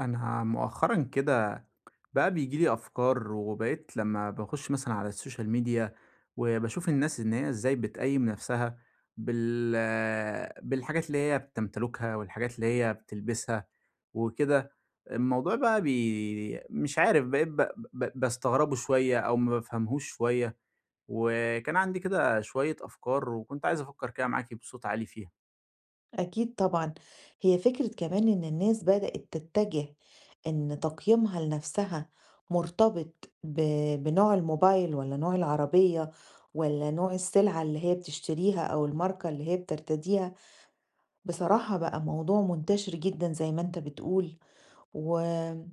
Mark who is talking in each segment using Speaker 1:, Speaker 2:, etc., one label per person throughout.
Speaker 1: أنا مؤخرًا كده بقى بييجي لي أفكار، وبقيت لمّا باخش مثلًا على السوشيال ميديا، وباشوف الناس إن هي إزاي بتقيّم نفسها بال بالحاجات اللي هي بتمتلكها والحاجات اللي هي بتلبسها وكده. الموضوع بقى مش عارف، بقيت ب ب باستغربه شوية أو ما بافهمهوش شوية، وكان عندي كده شوية أفكار وكنت عايز أفكر كده معاكِ بصوت عالي فيها.
Speaker 2: أكيد طبعًا. هي فكرة كمان إن الناس بدأت تتجه إن تقييمها لنفسها مرتبط ب بنوع الموبايل والّا نوع العربية والّا نوع السلعة اللي هي بتشتريها أو الماركة اللي هي بترتديها. بصراحة بقى موضوع منتشر جدًا زي ما أنت بتقول، وبقى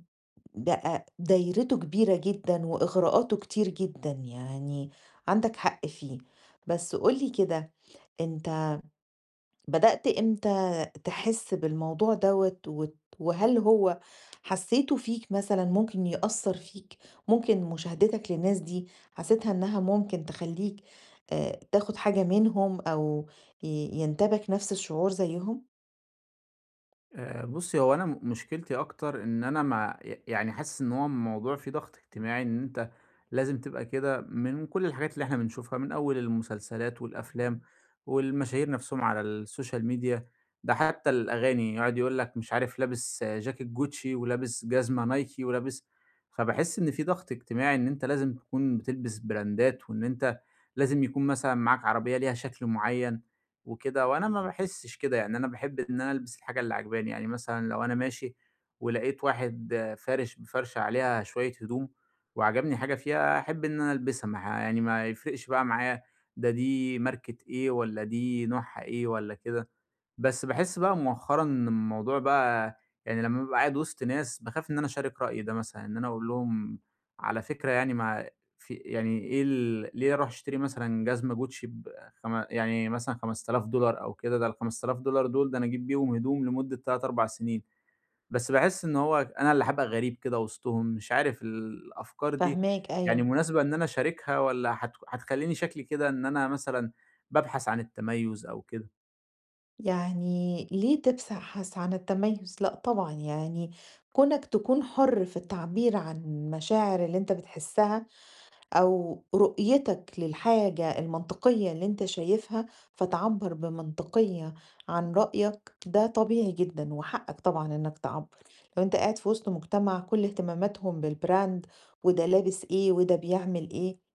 Speaker 2: دايرته كبيرة جدًا وإغراءاته كتير جدًا، يعني عندك حق فيه. بس قُل لي كده، أنت بدأت إمتى تحس بالموضوع دوّة وهل هو حسّيته فيك مثلًا ممكن يأثّر فيك؟ ممكن مشاهدتك للناس دي حسيتها إنها ممكن تخلّيك تاخد حاجة منهم أو ي ينتابك نفس الشعور زيّهم؟
Speaker 1: بُصّي، هو أنا مشكلتي أكتر إن أنا مع ي يعني حاسس إن هو الموضوع فيه ضغط اجتماعي، إن أنت لازم تبقى كده من كل الحاجات اللي إحنا بنشوفها، من أول المسلسلات والأفلام والمشاهير نَفْسهم على الsocial media. ده حتى الأغاني يقعد يقول لك مش عارف لابس جاكيت Gucci ولابس جزمة Nike فباحس إن في ضغط اجتماعي إن أنت لازم تكون بتلبس براندات، وإن أنت لازم يكون مثلًا معاك عربية ليها شكل معيّن. وكده، وأنا ما باحسّش كده، يعني أنا باحب إن أنا ألبس الحاجة اللي عاجباني. يعني مثلًا لو أنا ماشي ولقيت واحد فارش بفرشة عليها شوية هدوم وعجبني حاجة فيها، أحب إن أنا ألبسها، ما ه يعني ما يفرقش بقى معايا دي ماركة إيه والّا دي نوعها إيه والّا كده. بس باحس بقى مؤخرًا إن الموضوع بقى، يعني لمّا بابقى قاعد وسط ناس باخاف إن أنا أشارك رأيي ده مثلًا، إن أنا أقول لهم على فكرة، يعني ما في، يعني إيه ليه أروح أشتري مثلًا جزمة Gucci يعني مثلًا $5000 أو كده، ده ال$5000 دول ده أنا أجيب بيهم هدوم لمدة 3، 4 سنين. بس باحس إن هو أنا اللي هابقى غريب كده وسطهم، مش عارف الأفكار دي
Speaker 2: فاهماك،
Speaker 1: يعني
Speaker 2: أيوه.
Speaker 1: مناسبة إن أنا أشاركها والّا هتخلّيني شكلي كده إن أنا مثلًا بابحث عن التميُّز أو كده؟
Speaker 2: يعني ليه تبحث عن التميُّز؟ لأ طبعًا، يعني كونك تكون حُر في التعبير عن المشاعر اللي أنت بتحسّها أو رؤيتك للحاجة المنطقية اللي أنت شايفها، فتعبر بمنطقية عن رأيك، ده طبيعي جدا وحقك طبعا إنك تعبر. لو أنت قاعد في وسط مجتمع كل اهتماماتهم بالبراند، وده لابس إيه وده بيعمل إيه،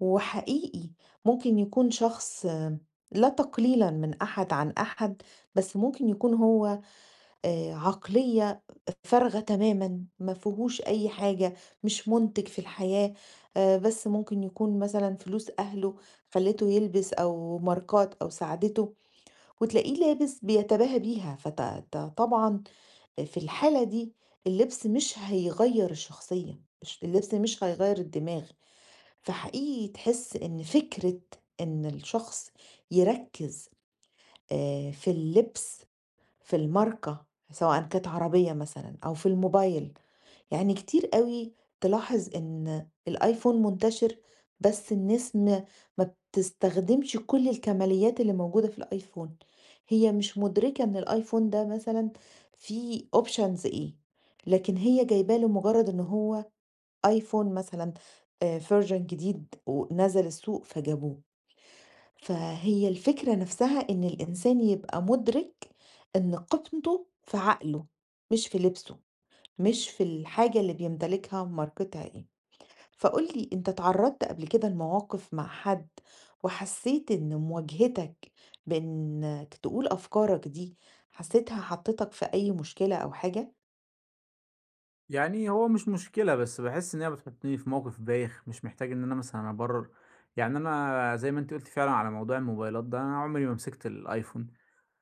Speaker 2: وحقيقي ممكن يكون شخص، لا تقليلا من أحد عن أحد، بس ممكن يكون هو عقلية فارغة تمامًا، ما فيهوش أي حاجة، مش مُنتِج في الحياة. بس ممكن يكون مثلًا فلوس أهله خلّته يلبس أو ماركات أو ساعدته، وتلاقيه لابس بيتباهى بيها. فط ط طبعًا في الحالة دي اللبس مش هيغيّر الشخصية، مش اللبس مش هيغيّر الدماغ. فحقيقي تحس إن فكرة إن الشخص يركّز في اللبس، في الماركة، سواءً كانت عربية مثلًا أو في الموبايل. يعني كتير أوي تلاحظ إن الآيفون منتشر، بس الناس ما بتستخدمش كل الكماليات اللي موجودة في الآيفون، هي مش مدركة إن الآيفون ده مثلًا فيه options إيه، لكن هي جايباه لمجرد إن هو آيفون مثلًا، version جديد ونزل السوق فجابوه. فهي الفكرة نفسها، إن الإنسان يبقى مدرك إن قيمته في عقله، مش في لبسه، مش في الحاجة اللي بيمتلكها ماركتها إيه. فقول لي، أنت اتعرضت قبل كده لمواقف مع حد وحسيت إن مواجهتك بإنك تقول أفكارك دي حسيتها حطتك في أي مشكلة أو حاجة؟
Speaker 1: يعني هو مش مشكلة، بس باحس إن هي بتحطّني في موقف بايخ، مش محتاج إن أنا مثلًا أبرر. يعني أنا زي ما أنتِ قُلتِ فعلًا على موضوع الموبايلات ده، أنا عمري ما مسكت الأيفون.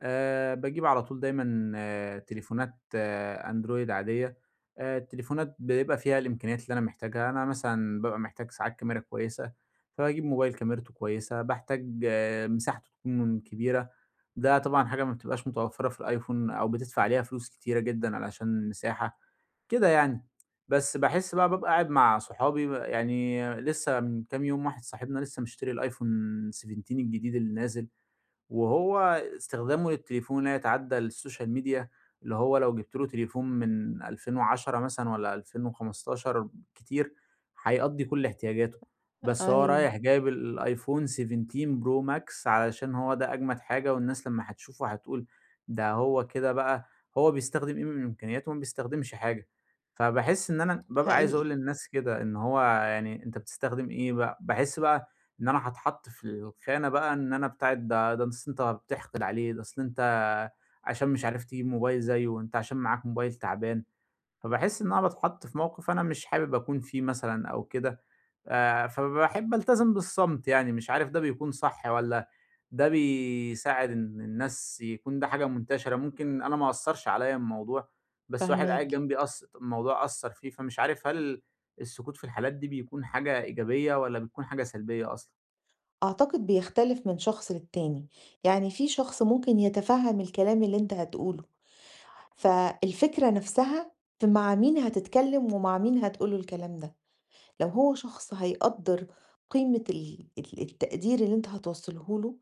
Speaker 1: باجيب على طول دايمًا تليفونات أندرويد عادية. التليفونات بيبقى فيها الإمكانيات اللي أنا محتاجها، أنا مثلًا بابقى محتاج ساعات كاميرا كويسة، فباجيب موبايل كاميرته كويسة، باحتاج مساحته تكون كبيرة، ده طبعًا حاجة ما بتبقاش متوفّرة في الأيفون أو بتدفع عليها فلوس كتيرة جدًا علشان المساحة. كده يعني. بس باحس بقى بابقى قاعد مع صحابي، يعني لسه من كام يوم واحد صاحبنا لسه مشتري الأيفون 17 الجديد اللي نازل، وهو استخدامه للتليفون لا يتعدّى السوشيال ميديا، اللي هو لو جِبت له تليفون من 2010 مثلًا والّا 2015 بالكتير، هيقضّي كل احتياجاته. بس هو
Speaker 2: أيوة.
Speaker 1: رايح جايب الأيفون 17 Pro Max علشان هو ده أجمد حاجة والناس لمّا هتشوفه هتقول ده. هو كده بقى، هو بيستخدم إيه من إمكانياته وما بيستخدمش حاجة. فباحس إن أنا بابقى عايز أقول
Speaker 2: حقيقي.
Speaker 1: للناس كده، إن هو يعني أنت بتستخدم إيه بقى. باحس بقى إن أنا هاتحط في الخانة بقى، إن أنا بتاعة ده، ده أصل أنت بتحقد عليه، ده أصل أنت عشان مش عارف تجيب موبايل زيه، أنت عشان معاك موبايل تعبان. فباحس إن أنا باتحط في موقف أنا مش حابب أكون فيه مثلًا أو كده، فباحب ألتزم بالصمت يعني. مش عارف ده بيكون صح والّا ده بيساعد، إن الناس يكون ده حاجة منتشرة، ممكن أنا ما أثّرش عليَّ الموضوع، بس واحد قاعد
Speaker 2: فهماك.
Speaker 1: جنبي الموضوع أثّر فيه، فمش عارف هل السكوت في الحالات دي بيكون حاجة إيجابية والّا بتكون حاجة سلبية أصلًا؟
Speaker 2: أعتقد بيختلف من شخص للتاني، يعني في شخص ممكن يتفهم الكلام اللي أنت هتقوله، فالفكرة نفسها في مع مين هتتكلم ومع مين هتقول له الكلام ده. لو هو شخص هيقدّر قيمة ال التقدير اللي أنت هتوصّله له،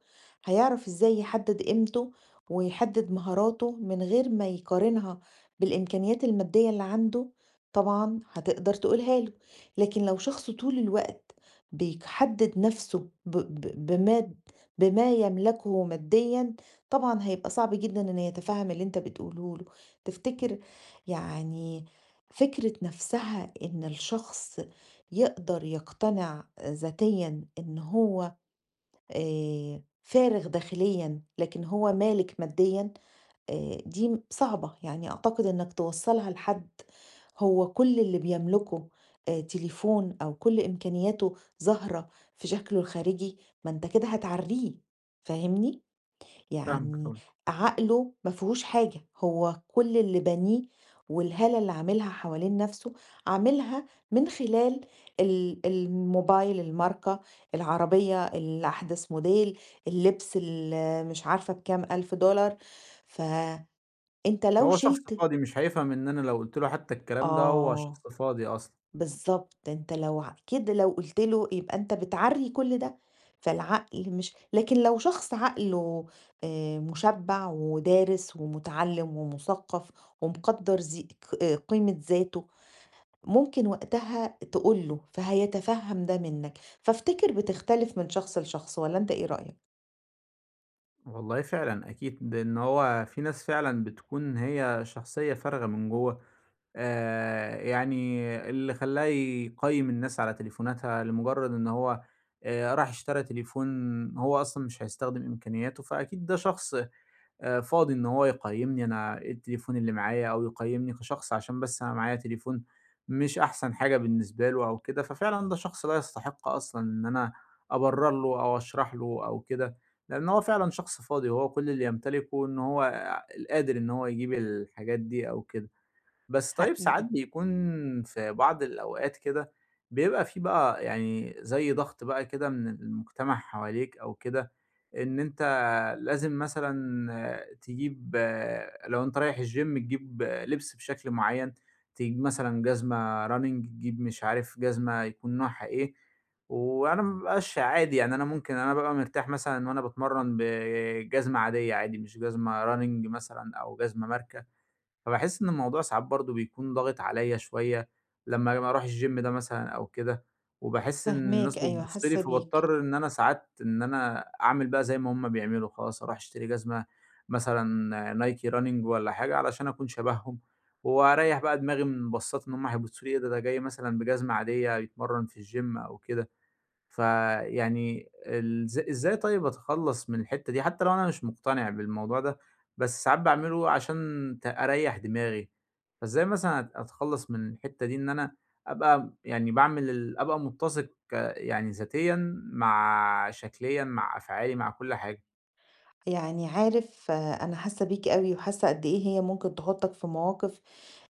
Speaker 2: هيعرف إزاي يحدّد قيمته ويحدّد مهاراته من غير ما يقارنها بالإمكانيات المادية اللي عنده، طبعًا هتقدر تقولها له. لكن لو شخص طول الوقت بيحدّد نَفْسه ب ب بماد بما يملكه ماديًا، طبعًا هيبقى صعب جدًا إنه يتفهّم اللي أنت بتقوله له. تفتكر، يعني فكرة نَفْسها، إن الشخص يقدر يقتنع ذاتيًا إن هو فارغ داخليًا، لكن هو مالك ماديًا؟ دي صعبة، يعني أعتقد إنك توصّلها لحد هو كل اللي بيملكه تليفون، أو كل إمكانياته ظاهرة في شكله الخارجي، ما أنت كده هتعرّيه، فاهمني؟
Speaker 1: فاهمِك
Speaker 2: يعني
Speaker 1: طبعًا.
Speaker 2: عقله ما فيهوش حاجة، هو كل اللي بانيه والهالة اللي عاملها حوالين نفسه عاملها من خلال الموبايل، الماركة، العربية الأحدث موديل، اللبس اللي مش عارفة بكام ألف دولار. فأنت لو
Speaker 1: فهو شخص
Speaker 2: شلت.
Speaker 1: فاضي مش هيفهم، إن أنا لو قُلت له حتى الكلام ده هو
Speaker 2: آه،
Speaker 1: شخص فاضي أصلًا.
Speaker 2: بالضبط، أنت لو ع كده لو قُلت له يبقى أنت بتعرّي كل ده. فالعقل مش. لكن لو شخص عقله مُشبّع ودارس ومُتعلِّم ومُثقّف ومقدّر ذي ق آه، قيمة ذاته، ممكن وقتها تقول له، فهيتفهّم ده منّك. فافتكر بتختلف من شخص لشخص، والّا أنت إيه رأيك؟
Speaker 1: والله فعلًا أكيد، لإن هو في ناس فعلًا بتكون هي شخصية فارغة من جوّه. يعني اللي خلّاه يقيّم الناس على تليفوناتها لمجرد إن هو راح اشترى تليفون هو أصلًا مش هيستخدم إمكانياته، فأكيد ده شخص فاضي، إن هو يقيّمني أنا إيه التليفون اللي معايا، أو يقيّمني كشخص عشان بس أنا معايا تليفون مش أحسن حاجة بالنسبة له أو كده. ففعلًا ده شخص لا يستحق أصلًا إن أنا أبرّر له أو أشرح له أو كده، لإن هو فعلًا شخص فاضي، وهو كل اللي يمتلكه إن هو قادر إن هو يجيب الحاجات دي أو كده. بس طيب ساعات
Speaker 2: حقيقي.
Speaker 1: بيكون في بعض الأوقات كده، بيبقى في بقى يعني زي ضغط بقى كده من المجتمع حواليك أو كده، إن أنت لازم مثلا تجيب لو أنت رايح الجيم تجيب لبس بشكل معين، تجيب مثلا جزمة رانينج، تجيب مش عارف جزمة يكون نوعها إيه. وانا مبقاش عادي، يعني انا ممكن انا ببقى مرتاح مثلا وانا بتمرن بجزمه عاديه، عادي مش جزمه رانينج مثلا او جزمه ماركه. فباحس إن الموضوع ساعات برضه بيكون ضاغط عليّا شوية لمّا ما أروح الgym ده مثلًا أو كده، وباحس إن الناس
Speaker 2: فاهماك، أيوه.
Speaker 1: بتبُص لي،
Speaker 2: حاسة بيك.
Speaker 1: فباضطر إن أنا ساعات إن أنا أعمل بقى زي ما هُم بيعملوا، خلاص أروح أشتري جزمة مثلًا Nike Running والّا حاجة علشان أكون شبههم، وأريّح بقى دماغي من بصّات إن هُم هيبصوا لي إيه ده، ده جاي مثلًا بجزمة عادية يتمرّن في الgym أو كده. فيعني إزاي طيب أتخلّص من الحتّة دي، حتّى لو أنا مش مقتنع بالموضوع ده، بس ساعات باعمله عشان أريّح دماغي. فإزاي مثلًا أتخلّص من الحتّة دي، إن أنا أبقى، يعني باعمل ال أبقى مُتّسق يعني ذاتيًا مع شكليًا، مع أفعالي، مع كل حاجة؟
Speaker 2: يعني عارف، أنا حاسة بيك أوي، وحاسة قد إيه هي ممكن تحطّك في مواقف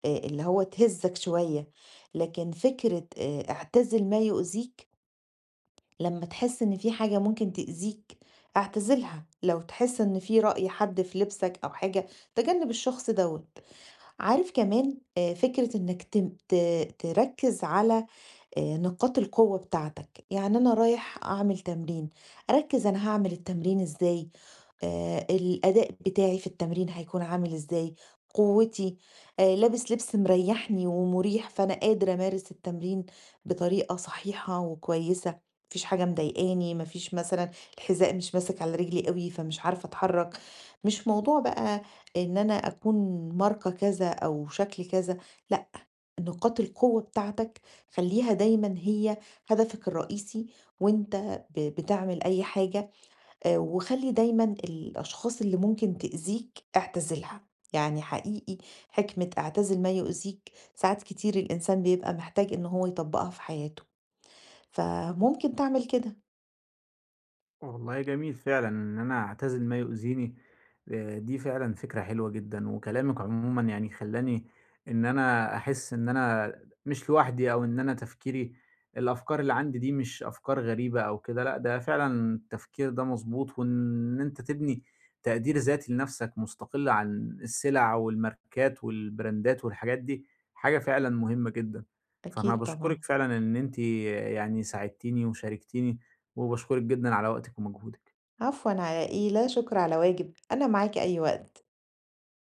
Speaker 2: اللي هو تهزّك شوية. لكن فكرة اعتزل ما يؤذيك، لمّا تحس إن في حاجة ممكن تأذيك اعتزلها، لو تحس إن في رأي حد في لبسك أو حاجة تجنب الشخص دوّة. عارف كمان فكرة إنك تم ت تركّز على نقاط القوة بتاعتك. يعني أنا رايح أعمل تمرين، أركّز أنا هاعمل التمرين إزاي؟ الأداء بتاعي في التمرين هيكون عامل إزاي، قوتي، لابس لبس مريحني ومريح فأنا قادرة أمارس التمرين بطريقة صحيحة وكويسة، ما فيش حاجة مضايقاني، ما فيش مثلًا الحذاء مش ماسك على رجلي أوي فمش عارفة أتحرك. مش موضوع بقى إن أنا أكون ماركة كذا أو شكل كذا، لأ، نقاط القوة بتاعتك خلّيها دايمًا هي هدفك الرئيسي، وأنت بتعمل أي حاجة. وخلّي دايمًا الأشخاص اللي ممكن تأذيك اعتزلها، يعني حقيقي حكمة اعتزل ما يؤذيك ساعات كتير الإنسان بيبقى محتاج إن هو يطبّقها في حياته، فممكن تعمل كده.
Speaker 1: والله جميل فعلًا إن أنا أعتزل ما يؤذيني. دي فعلًا فكرة حلوة جدًا، وكلامِك عمومًا يعني خلّاني إن أنا أحس إن أنا مش لوحدي، أو إن أنا الأفكار اللي عندي دي مش أفكار غريبة أو كده. لأ، ده فعلًا التفكير ده مضبوط، وإن أنت تبني تقدير ذاتي لنفسك مستقل عن السلع والماركات والبراندات والحاجات دي، حاجة فعلًا مهمة جدًا. فأنا
Speaker 2: أكيد طبعًا.
Speaker 1: باشكرِك فعلًا إن أنتِ يعني ساعدتيني وشاركتيني، وباشكرِك جدًا على وقتِك ومجهودِك.
Speaker 2: عفوًا على إيه، لا شكر على واجب، أنا معاك أي وقت.